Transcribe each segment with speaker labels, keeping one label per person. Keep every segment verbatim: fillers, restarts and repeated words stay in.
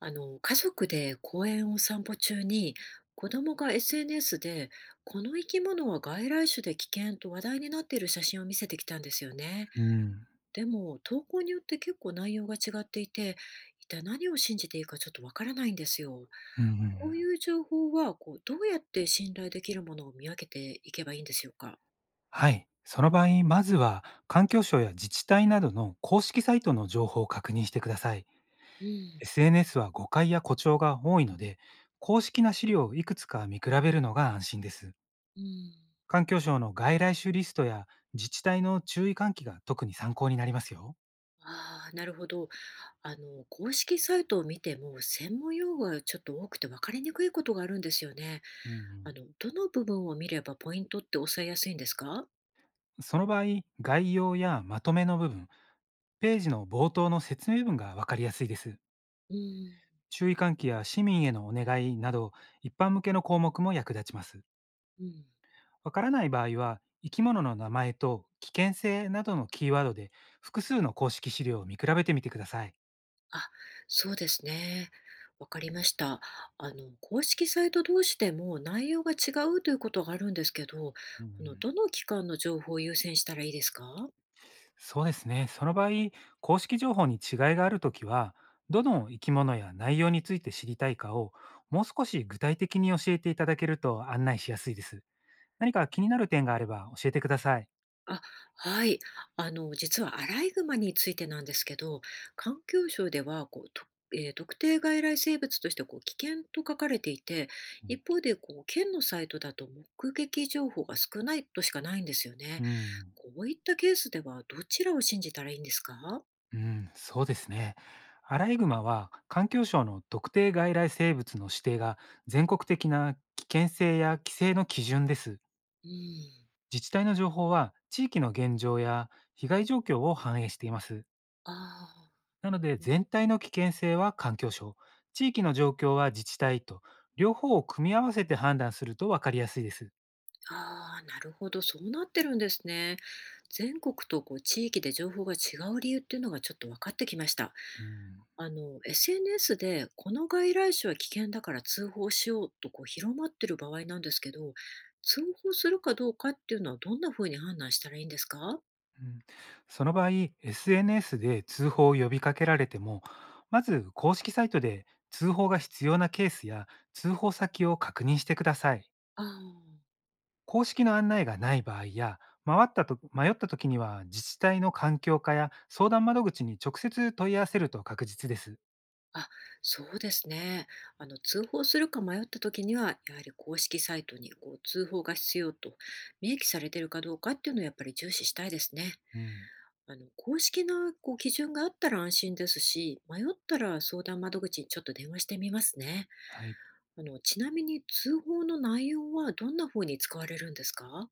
Speaker 1: あの、家族で公園を散歩中に、子供が エスエヌエス で、この生き物は外来種で危険と話題になっている写真を見せてきたんですよね。
Speaker 2: うん。
Speaker 1: でも、投稿によって結構内容が違っていて、一体何を信じていいかちょっとわからないんですよ。
Speaker 2: うんう
Speaker 1: こう
Speaker 2: ん。
Speaker 1: いう情報は、こう、どうやって信頼できるものを見分けていけばいいんでしょうか。
Speaker 2: はい。その場合、まずは環境省や自治体などの公式サイトの情報を確認してください。
Speaker 1: うん。
Speaker 2: エスエヌエス は誤解や誇張が多いので、公式な資料をいくつか見比べるのが安心です。
Speaker 1: うん。
Speaker 2: 環境省の外来種リストや自治体の注意喚起が特に参考になりますよ。
Speaker 1: ああ、なるほど。あの、公式サイトを見ても、専門用語がちょっと多くて分かりにくいことがあるんですよね。
Speaker 2: うんうん、
Speaker 1: あの、どの部分を見ればポイントって抑えやすいんですか？
Speaker 2: その場合、概要やまとめの部分、ページの冒頭の説明文がわかりやすいです。
Speaker 1: うん、
Speaker 2: 注意喚起や市民へのお願いなど、一般向けの項目も役立ちます。
Speaker 1: うん。
Speaker 2: わからない場合は、生き物の名前と危険性などのキーワードで複数の公式資料を見比べてみてください。
Speaker 1: あ、そうですね。わかりました。あの、公式サイト同士でも内容が違うということがあるんですけど、
Speaker 2: うんう
Speaker 1: この
Speaker 2: ん、
Speaker 1: どの機関の情報を優先したらいいですか？
Speaker 2: そうですね。その場合、公式情報に違いがあるときは、どの生き物や内容について知りたいかをもう少し具体的に教えていただけると案内しやすいです。何か気になる点があれば教えてください。
Speaker 1: あ、はい。あの、実はアライグマについてなんですけど、環境省ではこう、とえー特定外来生物としてこう危険と書かれていて、
Speaker 2: うん
Speaker 1: 一方でこう県のサイトだと目撃情報が少ないとしかないんですよね。
Speaker 2: うん。
Speaker 1: こういったケースではどちらを信じたらいいんですか？
Speaker 2: うん、そうですね。アライグマは環境省の特定外来生物の指定が全国的な危険性や規制の基準です。
Speaker 1: うん。
Speaker 2: 自治体の情報は地域の現状や被害状況を反映しています。
Speaker 1: ああ。
Speaker 2: なので全体の危険性は環境省、地域の状況は自治体と両方を組み合わせて判断すると分かりやすいです。
Speaker 1: ああ、なるほど、そうなってるんですね。全国とこう地域で情報が違う理由っていうのがちょっと分かってきました。
Speaker 2: うん
Speaker 1: あの、エスエヌエス でこの外来種は危険だから通報しようとこう広まってる場合なんですけど、通報するかどうかっていうのはどんなふうに判断したらいいんですか？
Speaker 2: うん、その場合、エスエヌエス で通報を呼びかけられても、まず公式サイトで通報が必要なケースや通報先を確認してください。
Speaker 1: あ
Speaker 2: 公式の案内がない場合や、回ったと迷った時には自治体の環境課や相談窓口に直接問い合わせると確実です。
Speaker 1: あ、あ、そうですね。あの、通報するか迷った時には、やはり公式サイトにこう通報が必要と明記されているかどうかっていうのをやっぱり重視したいですね。
Speaker 2: うん、
Speaker 1: あの、公式なこう基準があったら安心ですし、迷ったら相談窓口にちょっと電話してみますね。
Speaker 2: はい、
Speaker 1: あの、ちなみに通報の内容はどんな風に使われるんですか？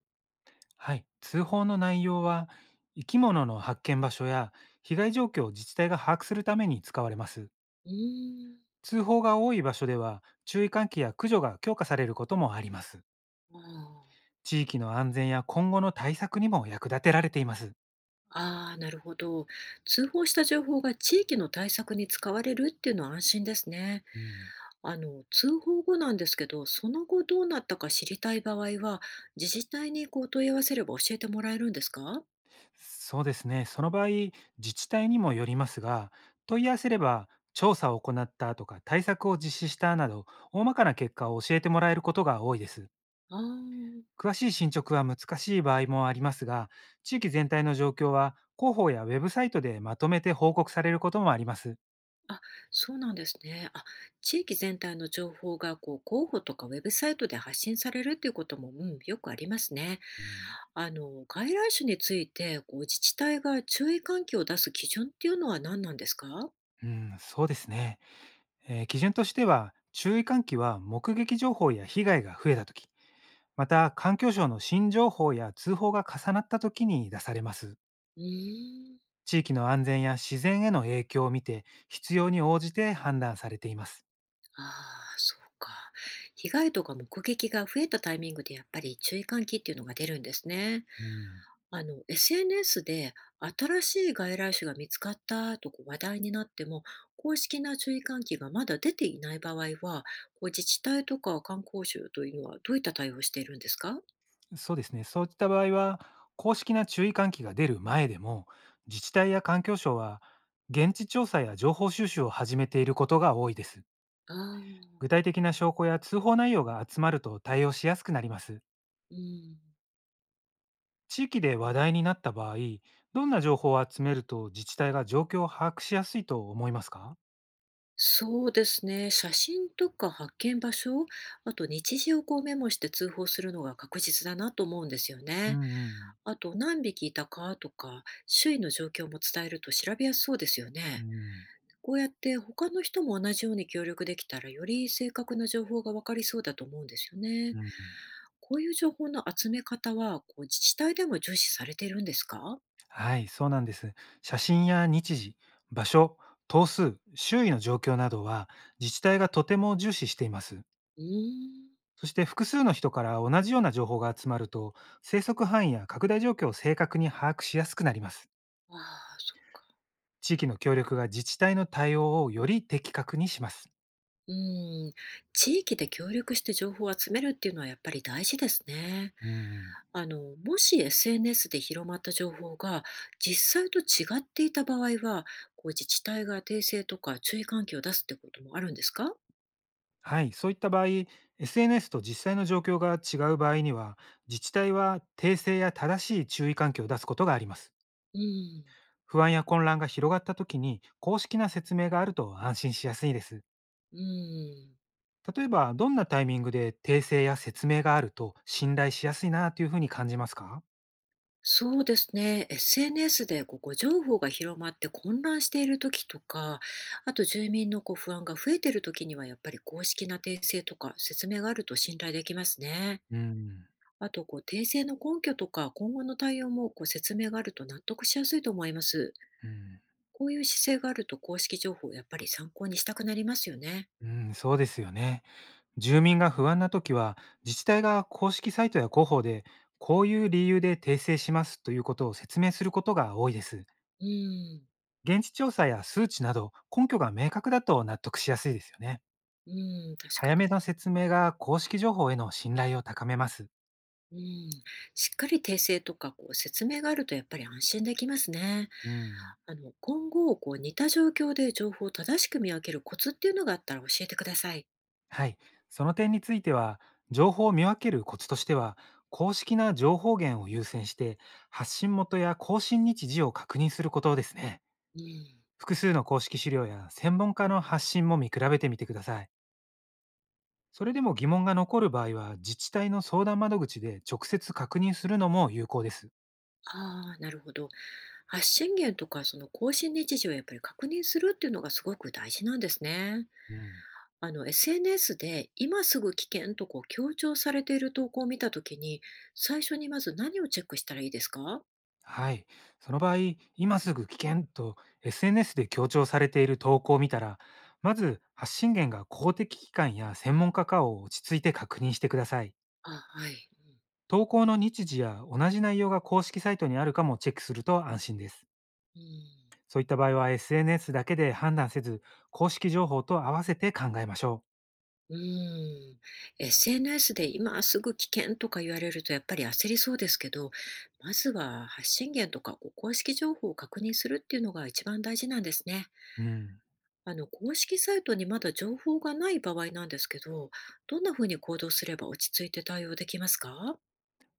Speaker 2: はい、通報の内容は生き物の発見場所や被害状況を自治体が把握するために使われます。
Speaker 1: うーん。
Speaker 2: 通報が多い場所では注意喚起や駆除が強化されることもあります。
Speaker 1: あー
Speaker 2: 地域の安全や今後の対策にも役立てられています。
Speaker 1: あー、なるほど。通報した情報が地域の対策に使われるっていうのは安心ですね。
Speaker 2: うん、
Speaker 1: あの、通報後なんですけど、その後どうなったか知りたい場合は、自治体にこう問い合わせれば教えてもらえるんですか？
Speaker 2: そうですね。その場合、自治体にもよりますが、問い合わせれば、調査を行ったとか対策を実施したなど、大まかな結果を教えてもらえることが多いです。
Speaker 1: ああー。
Speaker 2: 詳しい進捗は難しい場合もありますが、地域全体の状況は広報やウェブサイトでまとめて報告されることもあります。
Speaker 1: あ、そうなんですね。あ、地域全体の情報がこう広報とかウェブサイトで発信されるっていうことも、うん、よくありますね。
Speaker 2: うん
Speaker 1: あの、外来種についてこう自治体が注意喚起を出す基準っていうのは何なんですか？
Speaker 2: うん、そうですね。えー基準としては、注意喚起は目撃情報や被害が増えたとき、また環境省の新情報や通報が重なったときに出されます。
Speaker 1: うーん。
Speaker 2: 地域の安全や自然への影響を見て、必要に応じて判断されています。
Speaker 1: ああ、そうか。被害とか目撃が増えたタイミングでやっぱり注意喚起っていうのが出るんですね。
Speaker 2: う
Speaker 1: あの、エスエヌエス で新しい外来種が見つかったとこう話題になっても、公式な注意喚起がまだ出ていない場合は、こう自治体とか観光省というのはどういった対応をしているんですか？
Speaker 2: ん、そうですね。そういった場合は、公式な注意喚起が出る前でも、自治体や環境省は現地調査や情報収集を始めていることが多いです。
Speaker 1: ああ、
Speaker 2: 具体的な証拠や通報内容が集まると対応しやすくなります。
Speaker 1: うん、
Speaker 2: 地域で話題になった場合、どんな情報を集めると自治体が状況を把握しやすいと思いますか？
Speaker 1: そうですね。写真とか発見場所、あと日時をこうメモして通報するのが確実だなと思うんですよ
Speaker 2: うん
Speaker 1: ね。
Speaker 2: うん。
Speaker 1: あと何匹いたかとか、周囲の状況も伝えると調べやすそうですよ
Speaker 2: う
Speaker 1: ね。
Speaker 2: ん、
Speaker 1: こうやって他の人も同じように協力できたら、より正確な情報が分かりそうだと思うんですよ
Speaker 2: う
Speaker 1: ね。
Speaker 2: ん、
Speaker 1: こういう情報の集め方は、こう自治体でも重視されているんですか？
Speaker 2: はい、そうなんです。写真や日時、場所、頭数、周囲の状況などは自治体がとても重視しています。
Speaker 1: うーん。
Speaker 2: そして複数の人から同じような情報が集まると、生息範囲や拡大状況を正確に把握しやすくなります。
Speaker 1: ああ、そうか。
Speaker 2: 地域の協力が自治体の対応をより的確にします。
Speaker 1: うーん。地域で協力して情報を集めるっていうのはやっぱり大事ですね。
Speaker 2: うん。
Speaker 1: あの、もし エスエヌエス で広まった情報が実際と違っていた場合は、こう自治体が訂正とか注意喚起を出すってこともあるんですか？
Speaker 2: はい、そういった場合、エスエヌエス と実際の状況が違う場合には、自治体は訂正や正しい注意喚起を出すことがあります。
Speaker 1: うん。
Speaker 2: 不安や混乱が広がった時に、公式な説明があると安心しやすいです。
Speaker 1: うん。
Speaker 2: 例えば、どんなタイミングで訂正や説明があると信頼しやすいなというふうに感じますか？
Speaker 1: そうですね。エスエヌエス でこう誤情報が広まって混乱している時とか、あと住民のこう不安が増えている時には、やっぱり公式な訂正とか説明があると信頼できますね。
Speaker 2: うん、
Speaker 1: あとこう訂正の根拠とか今後の対応もこう説明があると納得しやすいと思います。
Speaker 2: うん、
Speaker 1: こういう姿勢があると公式情報をやっぱり参考にしたくなりますよね。
Speaker 2: うん、そうですよね。住民が不安な時は、自治体が公式サイトや広報で、こういう理由で訂正しますということを説明することが多いです。
Speaker 1: うん、
Speaker 2: 現地調査や数値など根拠が明確だと納得しやすいですよね。
Speaker 1: うん、確か
Speaker 2: 早め
Speaker 1: に。
Speaker 2: の説明が公式情報への信頼を高めます。
Speaker 1: うん、しっかり訂正とかこう説明があるとやっぱり安心できますね。
Speaker 2: うん。
Speaker 1: あの、今後、こう似た状況で情報を正しく見分けるコツっていうのがあったら教えてください。
Speaker 2: はい。その点については、情報を見分けるコツとしては、公式な情報源を優先して、発信元や更新日時を確認することですね。
Speaker 1: うん、
Speaker 2: 複数の公式資料や専門家の発信も見比べてみてください。それでも疑問が残る場合は、自治体の相談窓口で直接確認するのも有効です。
Speaker 1: ああ、なるほど。発信源とか、その更新日時をやっぱり確認するっていうのがすごく大事なんですね。
Speaker 2: うん。
Speaker 1: あの、エスエヌエス で今すぐ危険とこう強調されている投稿を見たときに、最初にまず何をチェックしたらいいですか？
Speaker 2: はい。その場合、今すぐ危険と エスエヌエス で強調されている投稿を見たら、まず発信源が公的機関や専門家かを落ち着いて確認してください。
Speaker 1: あはい、
Speaker 2: 投稿の日時や同じ内容が公式サイトにあるかもチェックすると安心です。
Speaker 1: うん。
Speaker 2: そういった場合は エスエヌエス だけで判断せず、公式情報と合わせて考えましょ
Speaker 1: うーん、エスエヌエス で今すぐ危険とか言われるとやっぱり焦りそうですけど、まずは発信源とかこう公式情報を確認するっていうのが一番大事なんですね。
Speaker 2: う。うん。
Speaker 1: あの、公式サイトにまだ情報がない場合なんですけど、どんなふうに行動すれば落ち着いて対応できますか？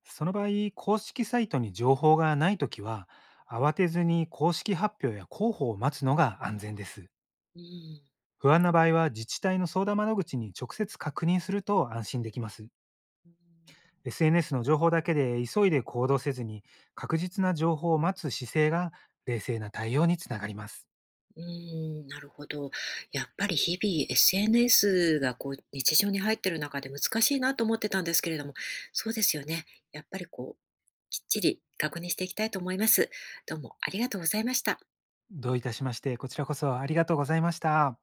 Speaker 2: その場合、公式サイトに情報がないときは、慌てずに公式発表や広報を待つのが安全です。
Speaker 1: うん。
Speaker 2: 不安な場合は自治体の相談窓口に直接確認すると安心できます。エスエヌエス の情報だけで急いで行動せずに確実な情報を待つ姿勢が冷静な対応につながります。
Speaker 1: うーん、なるほど。やっぱり日々 エスエヌエス がこう日常に入ってる中で難しいなと思ってたんですけれども、そうですよね。やっぱりこう、きっちり確認していきたいと思います。どうもありがとうございました。
Speaker 2: どういたしまして、こちらこそありがとうございました。